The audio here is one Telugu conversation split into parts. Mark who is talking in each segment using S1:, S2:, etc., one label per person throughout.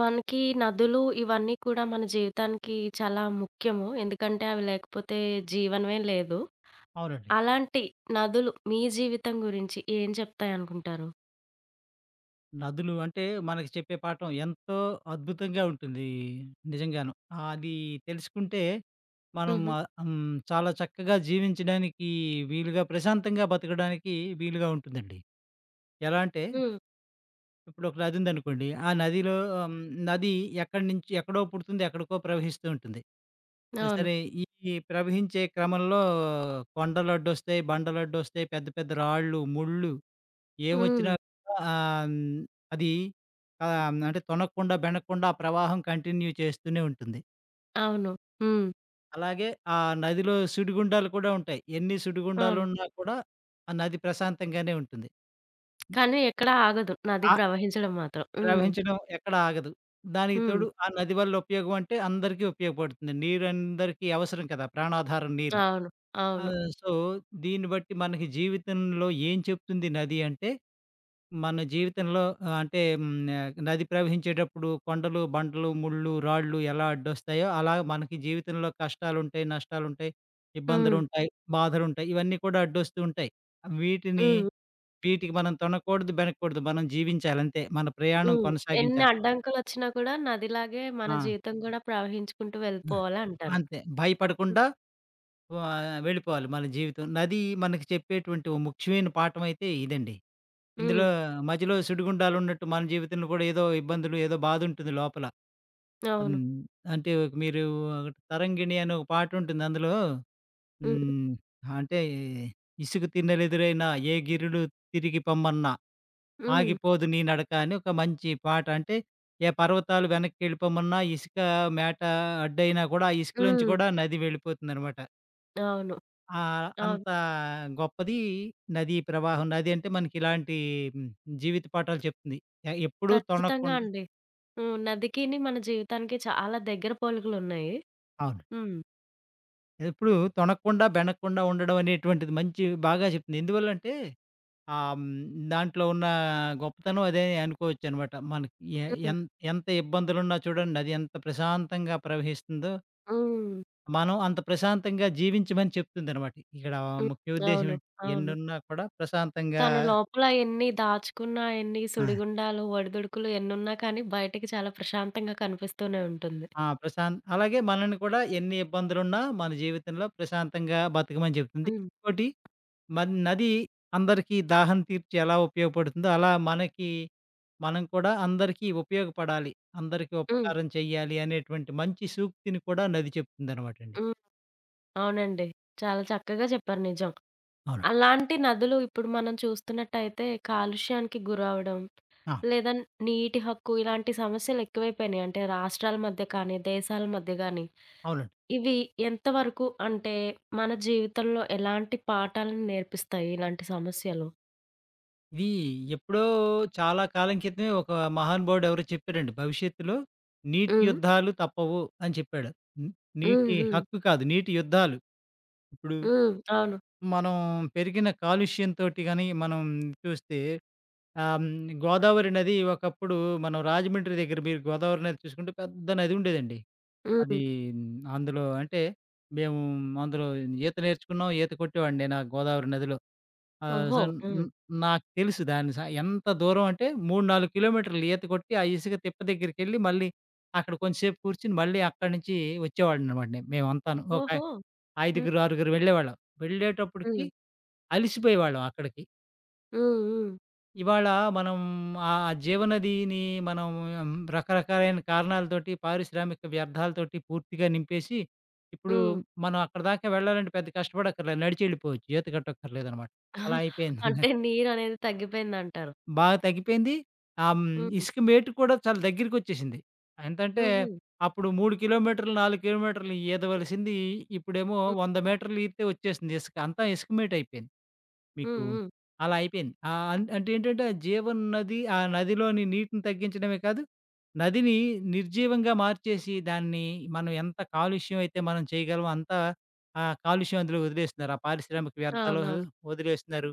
S1: మనకి నదులు ఇవన్నీ కూడా మన జీవితానికి చాలా ముఖ్యము. ఎందుకంటే అవి లేకపోతే జీవనమే లేదు.
S2: అవునండి.
S1: అలాంటి నదులు మీ జీవితం గురించి ఏం చెప్తాయనుకుంటారు?
S2: నదులు అంటే మనకి చెప్పే పాఠం ఎంతో అద్భుతంగా ఉంటుంది నిజంగాను. అది తెలుసుకుంటే మనం
S1: హుహు.
S2: ఆహ్, హ్మ్. చాలా చక్కగా జీవించడానికి వీలుగా ప్రశాంతంగా బతకడానికి వీలుగా ఉంటుందండి. ఎలా అంటే
S1: హ్మ్.
S2: ఇప్పుడు ఒక నది ఉందనుకోండి. ఆ నదిలో ఆహ్, నది ఎక్కడి నుంచి ఎక్కడో పుడుతుంది, ఎక్కడికో ప్రవహిస్తూ ఉంటుంది. ఆ!
S1: అవును.
S2: సరే ఈ ప్రవహించే క్రమంలో కొండలడ్డొస్తాయి, బండలడ్డొస్తాయి, పెద్ద పెద్ద రాళ్ళు, ముళ్ళు
S1: హ్మ్.
S2: ఏమొచ్చినా ఆహ్, హ్మ్. అది అంటే తొనకుండా, బెనకుండా ఆ ప్రవాహం కంటిన్యూ చేస్తూనే ఉంటుంది.
S1: అవును. హ్మ్.
S2: అలాగే ఆ నదిలో సుడిగుండాలు కూడా ఉంటాయి. ఎన్ని
S1: అవును.
S2: సుడిగుండాలున్నా కూడా ఆ నది ప్రశాంతంగానే ఉంటుంది.
S1: కానీ ఎక్కడ ఆగదు. నది
S2: ఆహ్,
S1: ప్రవహించడం మాత్రం. హ్మ్.
S2: ప్రవహించడం ఎక్కడ ఆగదు. దానికి
S1: హ్మ్.
S2: తోడు ఆ నది వల్ల ఉపయోగం అంటే అందరికీ ఉపయోగపడుతుంది. నీరు అందరికీ అవసరం కదా! ప్రాణాధారం నీరు.
S1: అవును. అవును.
S2: ఆహ్, సో, దీన్ని బట్టి మనకి జీవితంలో ఏం చెప్తుంది నది అంటే మన జీవితంలో అంటే నది ప్రవహించేటప్పుడు కొండలు, బండలు, ముళ్ళు, రాళ్ళు ఎలా అడ్డొస్తాయో అలా మనకి జీవితంలో కష్టాలుంటాయి, నష్టాలుంటాయి,
S1: హ్మ్.
S2: ఇబ్బందులుంటాయి, బాధలుంటాయి. ఇవన్నీ కూడా అడ్డొస్తూ ఉంటాయి. వీటిని
S1: హ్మ్.
S2: వీటికి మనం తొనకూడదు, బెనకూడదు. మనం జీవించాలి అంతే. మన ప్రయాణం
S1: హ్మ్. ఎన్ని
S2: కొనసాగించాలి.
S1: అడ్డంకులొచ్చినా కూడా నదిలాగే మన
S2: ఆ!
S1: జీవితం కూడా ప్రవహించుకుంటూ
S2: ఆ!
S1: వెళ్ళిపోవాలంటారు.
S2: అంతే. భయపడకుండా వెళ్ళిపోవాలి మన జీవితం. నది మనకి చెప్పేటువంటి ఓ ముఖ్యమైన పాఠమైతే ఇదండి.
S1: హ్మ్.
S2: ఇందులో మధ్యలో సుడిగుండాలున్నట్టు మన జీవితంలో కూడా ఏదో ఇబ్బందులు, ఏదో బాధుంటుంది లోపల.
S1: అవును.
S2: హ్మ్. అంటే ఒక 'తరంగిణి' అని ఒక పాటుంటుంది. అందులో
S1: హ్మ్.
S2: హ్మ్. అంటే ఇసుక తిన్నెలెదురైనా ఏ గిరులు తిరిగి పొమ్మన్నా
S1: హ్మ్.
S2: ఆగిపోదు నీ నడక అని ఒక మంచి పాట. అంటే ఏ పర్వతాలు వెనక్కెళ్ళిపోమన్నా, ఇసుక మేట అడ్డయినా కూడా ఆ ఇసుకలోంచి
S1: హ్మ్.
S2: కూడా నది వెళ్ళిపోతుందనమాట.
S1: అవును. అవును.
S2: అంత గొప్పది నదీ ప్రవాహం. నది అంటే మనకిలాంటి హ్మ్, జీవిత పాఠాలు చెప్తుంది. ఎప్పుడూ
S1: ఖచ్చితంగా
S2: తొణక్కుండా
S1: అండి. హ్మ్. నదికిని మన జీవితానికి చాలా దగ్గర పోలికలున్నాయి.
S2: అవును.
S1: హ్మ్.
S2: ఎప్పుడు తొనకుండా, బెనకుండా ఉండడం అనేటువంటిది మంచి బాగా చెప్తుంది. ఎందువల్లంటే ఆహ్, హ్మ్, దాంట్లో ఉన్న గొప్పతనం అదే అనుకోవచ్చనమాట. మనకి ఎ
S1: హ్మ్.
S2: ఎం ఎంత ఇబ్బందులున్నా చూడండి అది ఎంత ప్రశాంతంగా ప్రవహిస్తుందో,
S1: హ్మ్.
S2: మనం అంత ప్రశాంతంగా జీవించమని చెప్తుందనమాట. ఇక్కడ
S1: హ్మ్.
S2: ముఖ్య ఉద్దేశ్యం
S1: అవును.
S2: ఏంటి
S1: అవును.
S2: ఎన్నున్నా కూడా ప్రశాంతంగా
S1: తన లోపల ఎన్ని దాచుకున్నా, ఎన్ని
S2: ఆ!
S1: సుడిగుండాలు, ఒడిదుడుకులు ఎన్నున్నా కానీ బయటికి చాలా ప్రశాంతంగా కనిపిస్తూనే ఉంటుంది.
S2: ఆ! ప్రశాంత్ అలాగే మనల్ని కూడా ఎన్ని ఇబ్బందులున్నా మన జీవితంలో ప్రశాంతంగా బతకమని చెప్తుంది.
S1: హ్మ్.
S2: ఇంకోటి మరి నది అందరికీ దాహం తీర్చి ఎలా ఉపయోగపడుతుందో, అలా మనకి మనం కూడా అందరికీ ఉపయోగపడాలి. అందరికీ
S1: హ్మ్.
S2: ఉపకారం చెయ్యాలి అనేటువంటి మంచి సూక్తిని కూడా నది చెప్తుందనమాటండి.
S1: హ్మ్. అవునండి. చాలా చక్కగా చెప్పారు నిజం.
S2: అవును.
S1: అలాంటి నదులు ఇప్పుడు మనం చూస్తున్నట్టయితే కాలుష్యానికి గురవ్వడం,
S2: ఆ!
S1: లేదా నీటి హక్కు ఇలాంటి సమస్యలు ఎక్కువైపోయినాయి. అంటే రాష్ట్రాల మధ్య కానీ, దేశాల మధ్య గానీ,
S2: అవునండి.
S1: ఇవి ఎంతవరకు అంటే మన జీవితంలో ఎలాంటి పాఠాలను నేర్పిస్తాయి ఇలాంటి సమస్యలు?
S2: ఇది ఎప్పుడో చాలా కాలం క్రితమే ఒక మహానుభావుడు ఎవరో చెప్పారండి. భవిష్యత్తులో నీటి
S1: హ్మ్.
S2: యుద్ధాలు తప్పవు అని చెప్పాడు. న్
S1: హ్మ్.
S2: నీటి
S1: హ్మ్.
S2: హక్కు కాదు, నీటి యుద్ధాలు. ఇప్పుడు
S1: హ్మ్. అవును.
S2: మనం పెరిగిన కాలుష్యంతోటి గాని మనం చూస్తే ఆ! హ్మ్. గోదావరి నది ఒకప్పుడు మనం రాజమండ్రి దగ్గర మీరు గోదావరి నది చూసుకుంటే పెద్ద నది ఉండేదండి. అది
S1: హ్మ్.
S2: అందులో అంటే మేము అందులో ఈత నేర్చుకున్నాం. ఈత కొట్టేవాడిని నేను ఆ గోదావరి నదిలో. ఆహ్,
S1: ఓహో!
S2: సో,
S1: హ్మ్.
S2: న్ నాకు తెలుసు దాని స ఎంత దూరం అంటే 3, 4 కిలోమీటర్లు ఈత కొట్టి ఆ ఇసుక తిప్ప దగ్గరికెళ్ళి మళ్ళీ అక్కడ కొంచెంసేపు కూర్చొని మళ్ళీ అక్కడి నుంచి వచ్చేవాడిననమాట నేను మేమంతాను. ఒక
S1: ఓహో! హ్మ్.
S2: ఐదుగురు, ఆరుగురు వెళ్ళేవాళ్ళం. వెళ్ళేటప్పటికి
S1: హ్మ్.
S2: అలిసిపోయేవాళ్ళం అక్కడికి.
S1: హ్మ్. హ్మ్.
S2: ఇవాళ మనం ఆ ఆ జీవనదిని మనం రకరకాలైన కారణాలతోటి, పారిశ్రామిక వ్యర్థాలతోటి పూర్తిగా నింపేసి, ఇప్పుడు
S1: హ్మ్.
S2: మనం అక్కడి దాకా వెళ్ళాలంటే పెద్ద కష్టపడక్కర్లేదు. నడిచి ఎళ్ళిపోవచ్చు. ఈత కొట్టక్కర్లేదనమాట. అలా అయిపోయింది.
S1: అంటే నీరనేది తగ్గిపోయిందంటారు.
S2: బాగా తగ్గిపోయింది. ఆహ్, హ్మ్,
S1: హ్మ్.
S2: ఇసుక మేటు కూడా చాలా దగ్గరికొచ్చేసింది. ఎంతంటే,
S1: హుహు.
S2: అప్పుడు 3 కిలోమీటర్లు, 4 కిలోమీటర్లు ఈదవలసింది ఇప్పుడేమో
S1: హ్మ్.
S2: 100 మీటర్లు ఈదితే వచ్చేసింది ఇసుక. అంతా ఇసుక మేటయిపోయింది. మీకు
S1: హ్మ్. హ్మ్.
S2: అలా అయిపోయింది. ఆహ్, అన్ అంటే ఏంటంటే ఆ జీవన్ నది ఆ నదిలోని నీటిని తగ్గించడమే కాదు, నదిని నిర్జీవంగా మార్చేసి దాన్ని మనం ఎంత కాలుష్యం అయితే మనం చేయగలమో అంత ఆ కాలుష్యం అందులో వదిలేస్తున్నారు. ఆ పారిశ్రామిక వ్యర్థాలు
S1: అవునవును.
S2: వదిలేస్తున్నారు.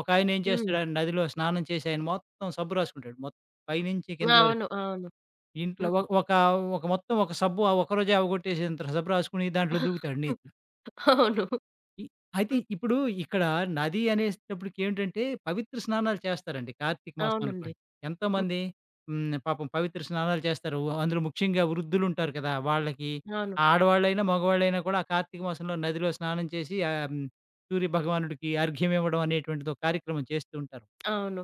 S2: ఒకాయన ఏం
S1: హ్మ్.
S2: చేస్తాడు ఆయన నదిలో స్నానం చేసి ఆయన మొత్తం సబ్బు రాసుకుంటాడు. మొత్తం పైనుంచి కింద వరకు
S1: అవును. అవును.
S2: ఇంట్లో
S1: హ్మ్.
S2: ఒక ఒక ఒక మొత్తం ఒక సబ్బు ఒకరోజే అవగొట్టేసేంత సబ్బు రాసుకొని దాంట్లో దూకుతాడు నీటిలో.
S1: అవును.
S2: ఇ అయితే
S1: హ్మ్.
S2: ఇప్పుడు ఇక్కడ నది అనేటప్పటికేంటంటే, పవిత్ర స్నానాలు చేస్తారండి కార్తీక మాసం
S1: అవునండి.
S2: అనుకోండి.
S1: హ్మ్.
S2: ఎంతోమంది హ్మ్. పాపం పవిత్ర స్నానాలు చేస్తారు. అందులో ముఖ్యంగా వృద్ధులుంటారు కదా! వాళ్ళకి
S1: అవును.
S2: ఆడవాళ్ళైనా, మగవాళ్ళైనా కూడా ఆ కార్తీక మాసంలో నదిలో స్నానం చేసి ఆహ్, హ్మ్. సూర్య భగవానుడికి అర్ఘ్యం ఇవ్వడం అనేటువంటిది ఒక కార్యక్రమం చేస్తూ ఉంటారు.
S1: అవును.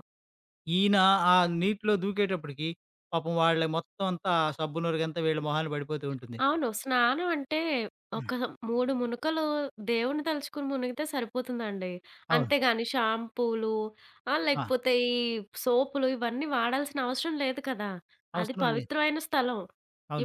S2: ఈయన ఆ నీటిలో దూకేటప్పటికి పాపం వాళ్ళ మొత్తం అంతా సబ్బు నురగంతా వీళ్ళ మొహాన పడిపోతూ ఉంటుంది.
S1: అవును. స్నానం అంటే ఒక 3 మునకలు దేవుడిని తలుచుకుని మునిగితే సరిపోతుందండి.
S2: అవును.
S1: అంతేగాని షాంపూలు
S2: ఆ!
S1: లేకపోతే ఈ సోపులు ఇవన్నీ వాడాల్సిన అవసరం లేదు కదా! అది
S2: అవసరం లేదు.
S1: పవిత్రమైన స్థలం.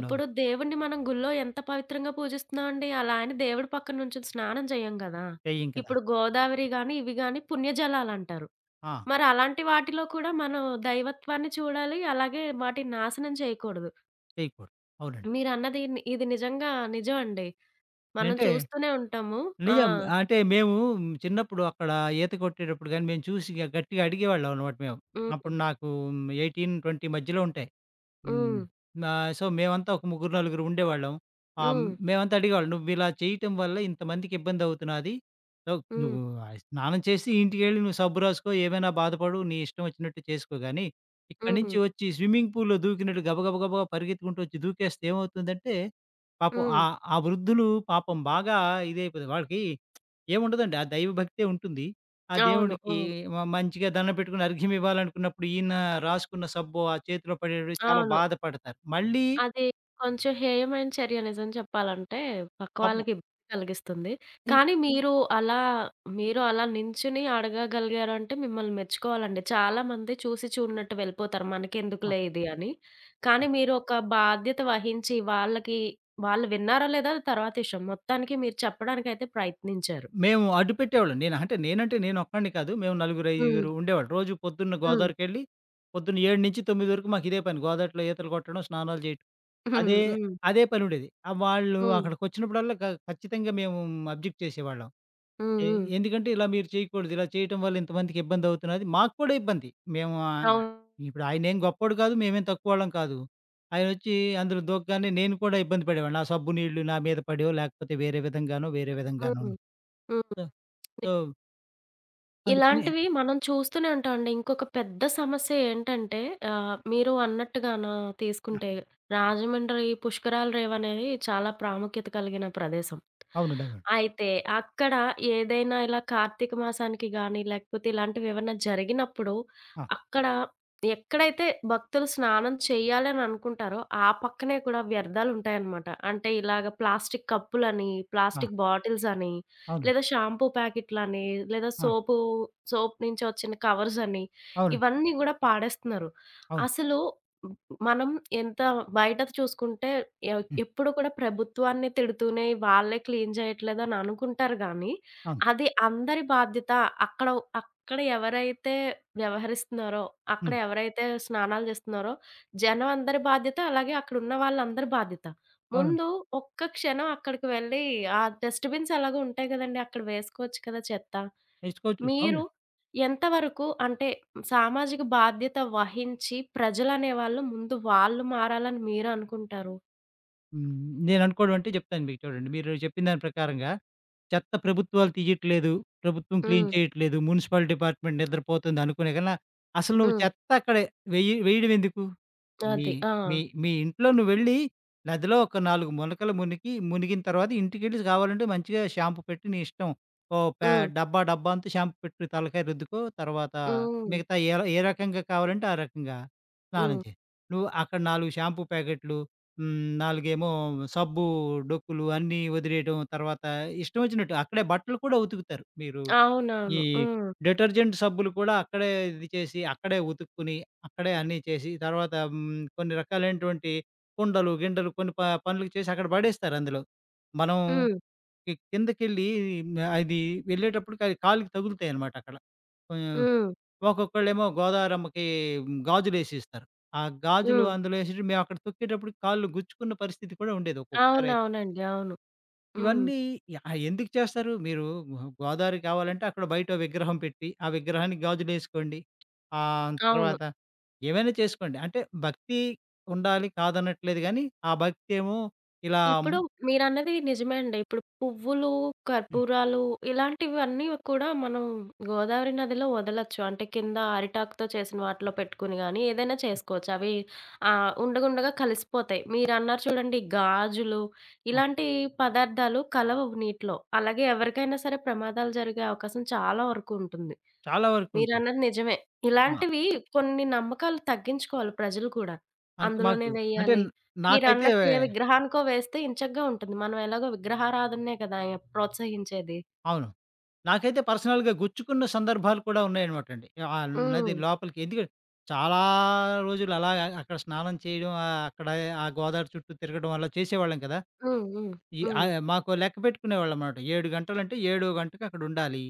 S1: ఇప్పుడు దేవుడిని మనం గుళ్ళో ఎంత పవిత్రంగా పూజిస్తున్నామండి. అలా అని దేవుడి పక్కన నుంచొని స్నానం చేయం గదా!
S2: చెయ్యం కదా!
S1: ఇప్పుడు గోదావరి గాని, ఇవి గాని పుణ్యజలాలంటారు.
S2: ఆ!
S1: మరలాంటి వాటిలో కూడా మనం దైవత్వాన్ని చూడాలి. అలాగే వాటిని నాశనం చేయకూడదు.
S2: చేయకూడదు. అవునండి.
S1: మీరన్నది ఇది నిజంగా నిజమండి. మనం
S2: అంటే
S1: చూస్తూనే ఉంటాము. ఆ!
S2: నిజం. అంటే మేము చిన్నప్పుడు అక్కడ ఈత కొట్టేటప్పుడు గాని, మేము చూసి గట్టిగా అడిగేవాళ్ళం అన్నమాట మేము.
S1: హ్మ్.
S2: అప్పుడు నాకు 18, 20 మధ్యలో ఉంటాయి. హ్మ్.
S1: హ్మ్.
S2: నా మేమంతా ఒక ముగ్గురు, నలుగురు ఉండేవాళ్ళం. ఆహ్,
S1: హ్మ్.
S2: మేమంతా అడిగేవాళ్ళం. "నువ్విలా చేయటం వల్ల ఇంతమందికి ఇబ్బందవుతున్నది. సో,
S1: హ్మ్.
S2: నువ్వు స్నానం చేసి ఇంటికెళ్ళి నువ్వు సబ్బు రాసుకో, ఏమైనా బాధపడు, నీ ఇష్టం వచ్చినట్టు చేసుకో గానీ, ఇక్కడి
S1: హ్మ్.
S2: నుంచి వచ్చి స్విమ్మింగ్ పూల్‌లో దూకినట్టు గబగబ గబగబా పరిగెత్తుకుంటూ వచ్చి దూకేస్తే ఏమవుతుందంటే, పాపం
S1: హ్మ్.
S2: ఆ ఆ వృద్ధులు పాపం బాగా ఇదైపోతారు. వాళ్ళకి ఏముండదండి. ఆ దైవభక్తే ఉంటుంది. ఆ
S1: అవును.
S2: దేవుడికి
S1: హ్మ్.
S2: మంచిగా దండం పెట్టుకొని అర్ఘ్యం ఇవ్వాలనుకున్నప్పుడు, ఈయన రాసుకున్న సబ్బు ఆ చేతిలో పడేటప్పుడు చాలా
S1: అవును.
S2: బాధపడతారు. మళ్ళీ
S1: అది కొంచెం హేయమైన చర్య నిజం చెప్పాలంటే, పక్క
S2: పాపం
S1: వాళ్ళకి ఇబ్బంది కలిగిస్తుంది.
S2: ఇం
S1: కానీ మీరు అలా నించొని అడగగలిగారంటే మిమ్మల్ని మెచ్చుకోవాలండి. చాలామంది చూసి చూడనట్టు వెళ్ళిపోతారు.
S2: ఆ!
S1: మనకెందుకులే ఇది అని. కానీ
S2: అవును.
S1: మీరు ఒక బాధ్యత వహించి వాళ్ళకి వాళ్ళు విన్నారో లేదో అది తర్వాత విషయం. మొత్తానికి మీరు చెప్పడానికైతే ప్రయత్నించారు.
S2: మేము అడ్డు పెట్టేవాళ్ళం. నేను అంటే నేనంటే నేనొక్కడిని కాదు. మేము నలుగురు,
S1: హ్మ్.
S2: ఐదుగురు ఉండేవాళ్ళం. రోజు పొద్దున్న
S1: హ్మ్.
S2: గోదావరికెళ్ళి, పొద్దున్న 7-9 వరకు మాకు ఇదే పని. గోదావరిలో ఈతలు కొట్టడం, స్నానాలు చేయటం.
S1: హ్మ్.
S2: అదే
S1: హ్మ్.
S2: అదే పనుండేది. వాళ్ళు
S1: హ్మ్.
S2: అక్కడికొచ్చినప్పుడల్లా ఖచ్చితంగా మేము అబ్జెక్ట్ చేసేవాళ్ళం.
S1: హ్మ్.
S2: ఎ
S1: హ్మ్.
S2: ఎందుకంటే ఇలా మీరు చేయకూడదు. ఇలా చేయటం వల్ల ఇంతమందికి ఇబ్బందవుతున్నది. మాకు కూడా ఇబ్బంది. మేము
S1: అవును.
S2: ఇప్పుడు ఆయనేం గొప్పోడు కాదు. మేమేం తక్కువోళ్ళం కాదు. ఆయనొచ్చి అందులో దూకగానే నేను కూడా ఇబ్బంది పడేవాడిని. ఆ సబ్బు నీళ్లు నా మీద పడేవో, లేకపోతే వేరే విధంగానో, వేరే విధంగానోను.
S1: హ్మ్. హ్మ్.
S2: సో, సో, అందుకని
S1: ఇలాంటివి మనం చూస్తూనే ఉంటాం అండి. ఇంకొక పెద్ద సమస్య ఏంటంటే మీరు అన్నట్టుగాన
S2: ఆ!
S1: తీసుకుంటే రాజమండ్రి పుష్కరాల రేవ్ అనేది చాలా ప్రాముఖ్యత కలిగిన ప్రదేశం.
S2: అవునండి. అవునండి.
S1: అయితే అక్కడ ఏదైనా ఇలా కార్తీక మాసానికి గాని, లేకపోతే ఇలాంటివి ఏవన్నా జరిగినప్పుడు
S2: ఆ!
S1: అక్కడ ఎక్కడైతే భక్తులు స్నానం చేయాలని అనుకుంటారో, ఆ పక్కనే కూడా వ్యర్థాలుంటాయన్నమాట. అంటే ఇలాగ ప్లాస్టిక్ కప్పులని,
S2: ఆ!
S1: ప్లాస్టిక్ బాటిల్స్ అని
S2: అవునండి.
S1: లేదా షాంపూ ప్యాకెట్లని, లేదా
S2: ఆ!
S1: సోప్ నుంచి వచ్చిన కవర్సని,
S2: అవునండి.
S1: ఇవన్నీ గూడా పాడేస్తున్నారు.
S2: అవును.
S1: అసలు హ్మ్, మనం ఎంత బయట చూసుకుంటే
S2: హ్మ్.
S1: ఎప్పుడు కూడా ప్రభుత్వాన్ని తిడుతూనే వాళ్ళే క్లీన్ చేయట్లేదని అనుకుంటారు గానీ,
S2: అవును.
S1: అది అందరి బాధ్యత. అక్కడ అక్కడ ఎవరైతే వ్యవహరిస్తున్నారో, అక్కడ
S2: హ్మ్.
S1: ఎవరైతే స్నానాలు చేస్తున్నారో, జనం అందరి బాధ్యత. అలాగే అక్కడున్న వాళ్ళందరి బాధ్యత.
S2: అవునండి.
S1: ముందు ఒక్క క్షణం అక్కడికి వెళ్ళి ఆ డస్ట్ బిన్స్ ఎలాగో ఉంటాయి గదండీ! అక్కడ వేసుకోవచ్చు కదా చెత్త.
S2: నేర్చుకోవచ్చు. అవును.
S1: మీరు ఎంతవరకు అంటే సామాజిక బాధ్యత వహించి ప్రజలనేవాళ్ళు ముందు వాళ్ళు మారాలని మీరనుకుంటారు?
S2: హ్మ్. నేననుకోవడం అంటే చెప్తాను మీకు చూడండి. మీరు చెప్పిన దాని ప్రకారంగా చెత్త ప్రభుత్వాలు తీయట్లేదు. ప్రభుత్వం క్లీన్
S1: హ్మ్.
S2: చేయట్లేదు. మున్సిపల్ డిపార్ట్మెంట్ నిద్రపోతుంది అనుకునే కన్నా, అసలు నువ్వు
S1: హ్మ్.
S2: చెత్త అక్కడ వేయడం ఎందుకు? మీ
S1: అది. ఆ!
S2: మీ మీ ఇంట్లో నువ్వెళ్ళి నదిలో ఒక 4 మునకలు మునిగి, మునిగిన తర్వాత ఇంటికెళ్ళి కావాలంటే మంచిగా షాంపూ పెట్టి నీ ఇష్టం. ఓ ప్యా
S1: హ్మ్.
S2: డబ్బా డబ్బా అంతా షాంపూ పెట్టి తలకాయ రుద్దుకో. తర్వాత
S1: హ్మ్.
S2: మిగతా ఏ ఏ రకంగా కావాలంటే ఆ రకంగా స్నానం
S1: హ్మ్.
S2: చెయి. నువ్వు అక్కడ 4 షాంపూ ప్యాకెట్లు హ్మ్. నాలుగేమో సబ్బు, డొక్కులు అన్నీ వదిలేయడం. తర్వాత ఇష్టం వచ్చినట్టు అక్కడే బట్టలు కూడా ఉతుకుతారు. మీరు ఈ
S1: అవునవును. హ్మ్.
S2: డిటర్జెంట్ సబ్బులు కూడా అక్కడే ఇది చేసి, అక్కడే ఉతుక్కుని, అక్కడే అన్నీ చేసి తర్వాత హ్మ్. కొన్ని రకాలైనటువంటి కుండలు, గిండలు కొన్ని పనులు చేసి అక్కడ పడేస్తారు అందులో. మనం
S1: హ్మ్.
S2: కిందకెళ్ళి అది వెళ్ళేటప్పటికి అది వెళ్ళేటప్పుడు కాలికి తగులుతాయన్నమాట అక్కడ. కొంచెం
S1: హ్మ్.
S2: ఒక్కొక్కళ్ళేమో గోదావరమ్మకి గాజులేసిస్తారు. ఆ గాజులు
S1: హ్మ్.
S2: అందులో ఏసేసి మేమక్కడ తొక్కేటప్పుడు కాళ్ళు గుచ్చుకున్న పరిస్థితి కూడా ఉండేది ఒక్కొక్కసారయితే.
S1: అవునవునండి. అవును. హ్మ్.
S2: ఇవన్నీ యాహ్! ఎందుకు చేస్తారు? మీరు గోదావరి కావాలంటే అక్కడ బయటో విగ్రహం పెట్టి, ఆ విగ్రహానికి గాజులేసుకోండి.
S1: అవును.
S2: తర్వాత ఏమైనా చేసుకోండి. అంటే భక్తి ఉండాలి కాదనట్లేదు గానీ, ఆ భక్తేమో ఇలా
S1: ఇప్పుడు మీరన్నది నిజమే అండి. ఇప్పుడు పువ్వులు,
S2: హ్మ్.
S1: కర్పూరాలు ఇలాంటివన్నీ కూడా మనం గోదావరి నదిలో వదలొచ్చు. అంటే కింద అరిటాకుతో చేసిన వాటిలో పెట్టుకొని గాని ఏదైనా చేసుకోవచ్చు. అవి ఉండగుండగా కలిసిపోతాయి. మీరన్నారు చూడండి గాజులు
S2: ఆ!
S1: ఇలాంటి పదార్థాలు కలవవు నీటిలో. అలాగే ఎవరికైనా సరే ప్రమాదాలు జరిగే అవకాశం చాలా వరకు ఉంటుంది.
S2: చాలా వరకుంటుంది.
S1: మీరన్నది నిజమే.
S2: ఆ!
S1: ఇలాంటివి కొన్ని నమ్మకాలు తగ్గించుకోవాలి ప్రజలు కూడా.
S2: అంటే
S1: అందులోనే
S2: మాకు అంటే
S1: వెయ్యాలి.
S2: నాకైతే
S1: మీరన్నట్టు ఏ విగ్రహానికో వేస్తే ఇంచగ్గా ఉంటుంది. మనం ఎలాగో విగ్రహారాధననే కదా ప్రోత్సహించేది.
S2: అవును. నాకైతే పర్సనల్‌గా గుచ్చుకున్న సందర్భాలు కూడా ఉన్నాయనమాటండి. ఆ నది
S1: హ్మ్.
S2: లోపలికి ఎందుకంటే చాలా రోజులు అలా అక్కడ స్నానం చేయడం, అక్కడ ఆ గోదావరి చుట్టూ తిరగడం అలా చేసేవాళ్ళం కదా!
S1: హ్మ్. హ్మ్. హ్మ్.
S2: మాకు లెక్క పెట్టుకునేవాళ్ళనమాట. 7 గంటలంటే ఏడో గంటకి అక్కడ ఉండాలి.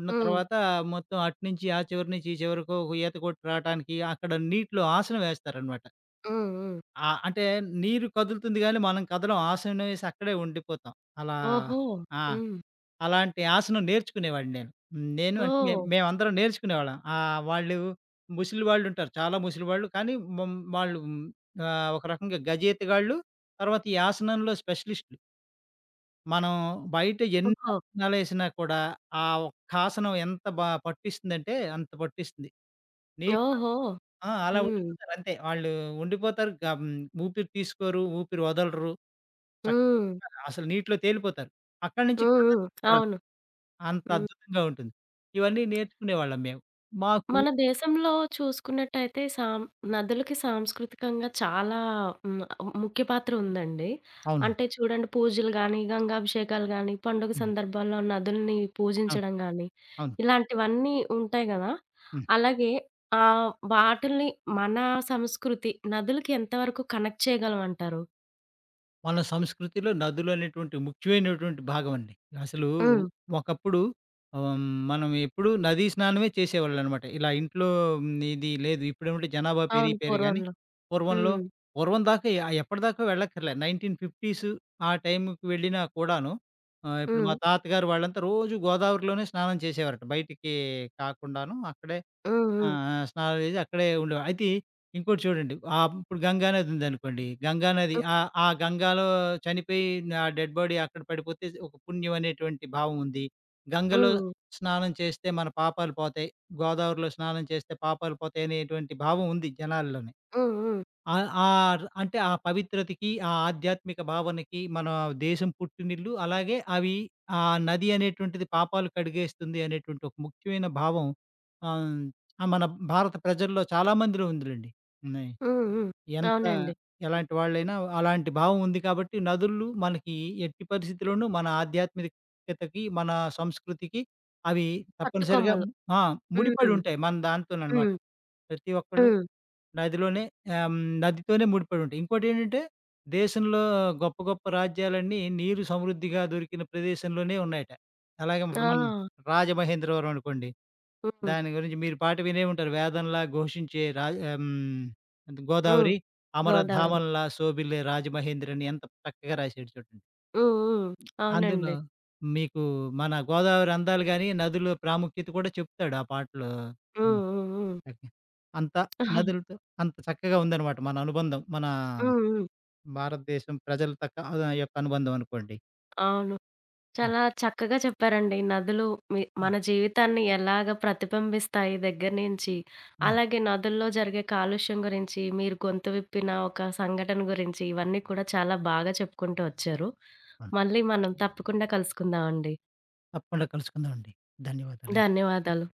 S2: ఉన్న
S1: హ్మ్.
S2: తర్వాత మొత్తం అటు నుంచి ఆ చివరి నుంచి ఈ చివరకు ఈత కొట్టి రావటానికి అక్కడ నీటిలో ఆసనం వేస్తారనమాట.
S1: హ్మ్. హ్మ్.
S2: ఆ! అంటే నీరు కదులుతుంది గానీ మనం కదలం. ఆసనం వేసి అక్కడే ఉండిపోతాం. అలా
S1: ఓహో!
S2: ఆ!
S1: హ్మ్.
S2: అలాంటి ఆసనం నేర్చుకునేవాడిని నేను. హ్మ్. నేను అంటే మేం
S1: ఓహ్!
S2: మేమందరం నేర్చుకునేవాళ్ళం. వాళ్ళు ముసలి వాళ్ళుంటారు. చాలా ముసలివాళ్ళు. కానీ వాళ్ళు ఒక రకంగా గజేతగాళ్ళు. తర్వాత ఈ ఆసనంలో స్పెషలిస్టులు. మనం బయట ఎన్ని
S1: ఓహో!
S2: ఆసనాలేసినా కూడా ఆ ఒక్క ఆసనం ఎంత పట్టిస్తుందంటే అంత పట్టిస్తుంది. నీట్‌గా
S1: ఓహో!
S2: ఆ! అలా
S1: హ్మ్.
S2: ఉండిపోతారు అంతే. వాళ్ళు ఉండిపోతారు. ఊపిరి తీసుకోరు. ఊపిరి వదలరు.
S1: హ్మ్.
S2: చక్కగా అసలు నీటిలో తేలిపోతారు. అక్కడి నుంచి
S1: హ్మ్. హ్మ్. అవును.
S2: అంత
S1: హ్మ్.
S2: అద్భుతంగా ఉంటుంది. ఇవన్నీ నేర్చుకునేవాళ్ళం మేము. మాకు
S1: మన దేశంలో చూసుకున్నట్టయితే నదులకి సాంస్కృతికంగా చాలా హ్మ్, ముఖ్య పాత్ర ఉందండి.
S2: అవును.
S1: అంటే చూడండి పూజలు గాని, గంగాభిషేకాలు గాని, పండుగ
S2: హ్మ్.
S1: సందర్భాల్లో నదుల్ని
S2: అవును.
S1: పూజించడం గాని,
S2: అవును.
S1: ఇలాంటివన్నీ ఉంటాయి గదా!
S2: హ్మ్.
S1: అలాగే వాటిల్ని మన సంస్కృతి నదులకి ఎంతవరకు కనెక్ట్ చేయగలం అంటారు?
S2: మన సంస్కృతిలో నదులనేటువంటి ముఖ్యమైనటువంటి భాగమండి. అసలు
S1: హ్మ్.
S2: ఒకప్పుడు ఆహ్, మనం ఎప్పుడూ నదీ స్నానమే చేసేవాళ్ళనమాట. ఇలా ఇంట్లో ఇది లేదు. ఇప్పుడేమంటే జనాభా
S1: అవును.
S2: పెరిగిపోయారు గానీ,
S1: పూర్వంలో.
S2: పూర్వంలో
S1: హ్మ్.
S2: పూర్వం దాకా ఎప్పటిదాకా వెళ్ళక్కర్లే. 1950s ఆ టైంకి వెళ్ళినా కూడాను ఇప్పుడు
S1: హ్మ్.
S2: మా తాతగారు వాళ్ళంతా రోజు గోదావరిలోనే స్నానం చేసేవారట. బయటికి కాకుండాను అక్కడే
S1: హ్మ్.
S2: ఆ!
S1: హ్మ్.
S2: ఆ! స్నానాలు చేసి అక్కడే ఉండేవారు. అయితే ఇంకోటి చూడండి. ఇప్పుడు గంగా నది ఉందనుకోండి. గంగా నది
S1: హ్మ్.
S2: ఆ గంగాలో చనిపోయి ఆ డెడ్ బాడీ అక్కడ పడిపోతే ఒక పుణ్యం అనేటువంటి భావం ఉంది. గంగలో అవును.
S1: హ్మ్.
S2: స్నానం చేస్తే మన పాపాలు పోతాయి. గోదావరిలో స్నానం చేస్తే పాపాలు పోతాయి అనేటువంటి భావం ఉంది జనాల్లో.
S1: హ్మ్. హ్మ్.
S2: ఆ! ఆ! అంటే ఆ పవిత్రతకి, ఆ ఆధ్యాత్మిక భావనకి మన దేశం పుట్టినిల్లు. అలాగే అవి ఆ నది అనేటువంటిది పాపాలు కడిగేస్తుంది అనేటువంటి ఒక ముఖ్యమైన భావం ఆహ్, మన భారత ప్రజల్లో చాలా మందిలో ఉందిలెండి. ఉన్నాయి.
S1: హ్మ్. హ్మ్.
S2: ఎంత
S1: అవునండి.
S2: ఎలాంటి వాళ్ళైనా అలాంటి భావం ఉంది కాబట్టి నదులు మనకి ఎట్టి పరిస్థితిలోనూ మన ఆధ్యాత్మికతకి, మన సంస్కృతికి అవి
S1: పట్టు
S2: తప్పనిసరిగా
S1: కొమ్మలు.
S2: ఆ! ముడిపడి
S1: హ్మ్.
S2: ఉంటాయి. మన దాంతోననమాట.
S1: హ్మ్.
S2: ప్రతి ఒక్కళ్ళు
S1: హ్మ్.
S2: నదిలోనే నదితోనే ముడిపడి ఉంటాయి. ఇంకోటేంటంటే, దేశంలో గొప్ప గొప్ప రాజ్యాలన్నీ నీరు సమృద్ధిగా దొరికిన ప్రదేశంలోనే ఉన్నాయట. అలాగే ఇప్పుడు మనం
S1: ఆ!
S2: రాజమహేంద్రవరం అనుకోండి.
S1: హ్మ్.
S2: దాని గురించి మీరు పాట వినే ఉంటారు. వేదంలా ఘోషించే
S1: హ్మ్.
S2: గోదావరి
S1: గోదావరి.
S2: అమరధామంలా శోభిల్లే రాజమహేంద్రి అని ఎంత చక్కగా రాశాడు చూడండి.
S1: హ్మ్. హ్మ్.
S2: అందులో
S1: అవునండి.
S2: మీకు మన గోదావరి అందాలు గాని, నదుల ప్రాముఖ్యత కూడా చెప్తాడు ఆ పాటలో.
S1: హ్మ్. హ్మ్. హ్మ్.
S2: ఓకే. అంత నదులతో అంత చక్కగా ఉందనమాట మన అనుబంధం. మన
S1: హ్మ్. హ్మ్.
S2: భారతదేశం ప్రజలతో యొక్క అనుబంధం అనుకోండి.
S1: అవును. చాలా చక్కగా చెప్పారండి. నదులు మన
S2: అవును.
S1: జీవితాన్ని ఎలాగ ప్రతిబింబిస్తాయి దగ్గర నుంచి,
S2: అవును.
S1: అలాగే నదుల్లో జరిగే కాలుష్యం గురించి, మీరు గొంతు విప్పిన ఒక సంఘటన గురించి, ఇవన్నీ కూడా చాలా బాగా చెప్పుకుంటూ వచ్చారు.
S2: అవును.
S1: మళ్ళీ మనం తప్పకుండా కలుసుకుందామండి.
S2: తప్పకుండా కలుసుకుందామండి. ధన్యవాదాలండి.
S1: ధన్యవాదాలు.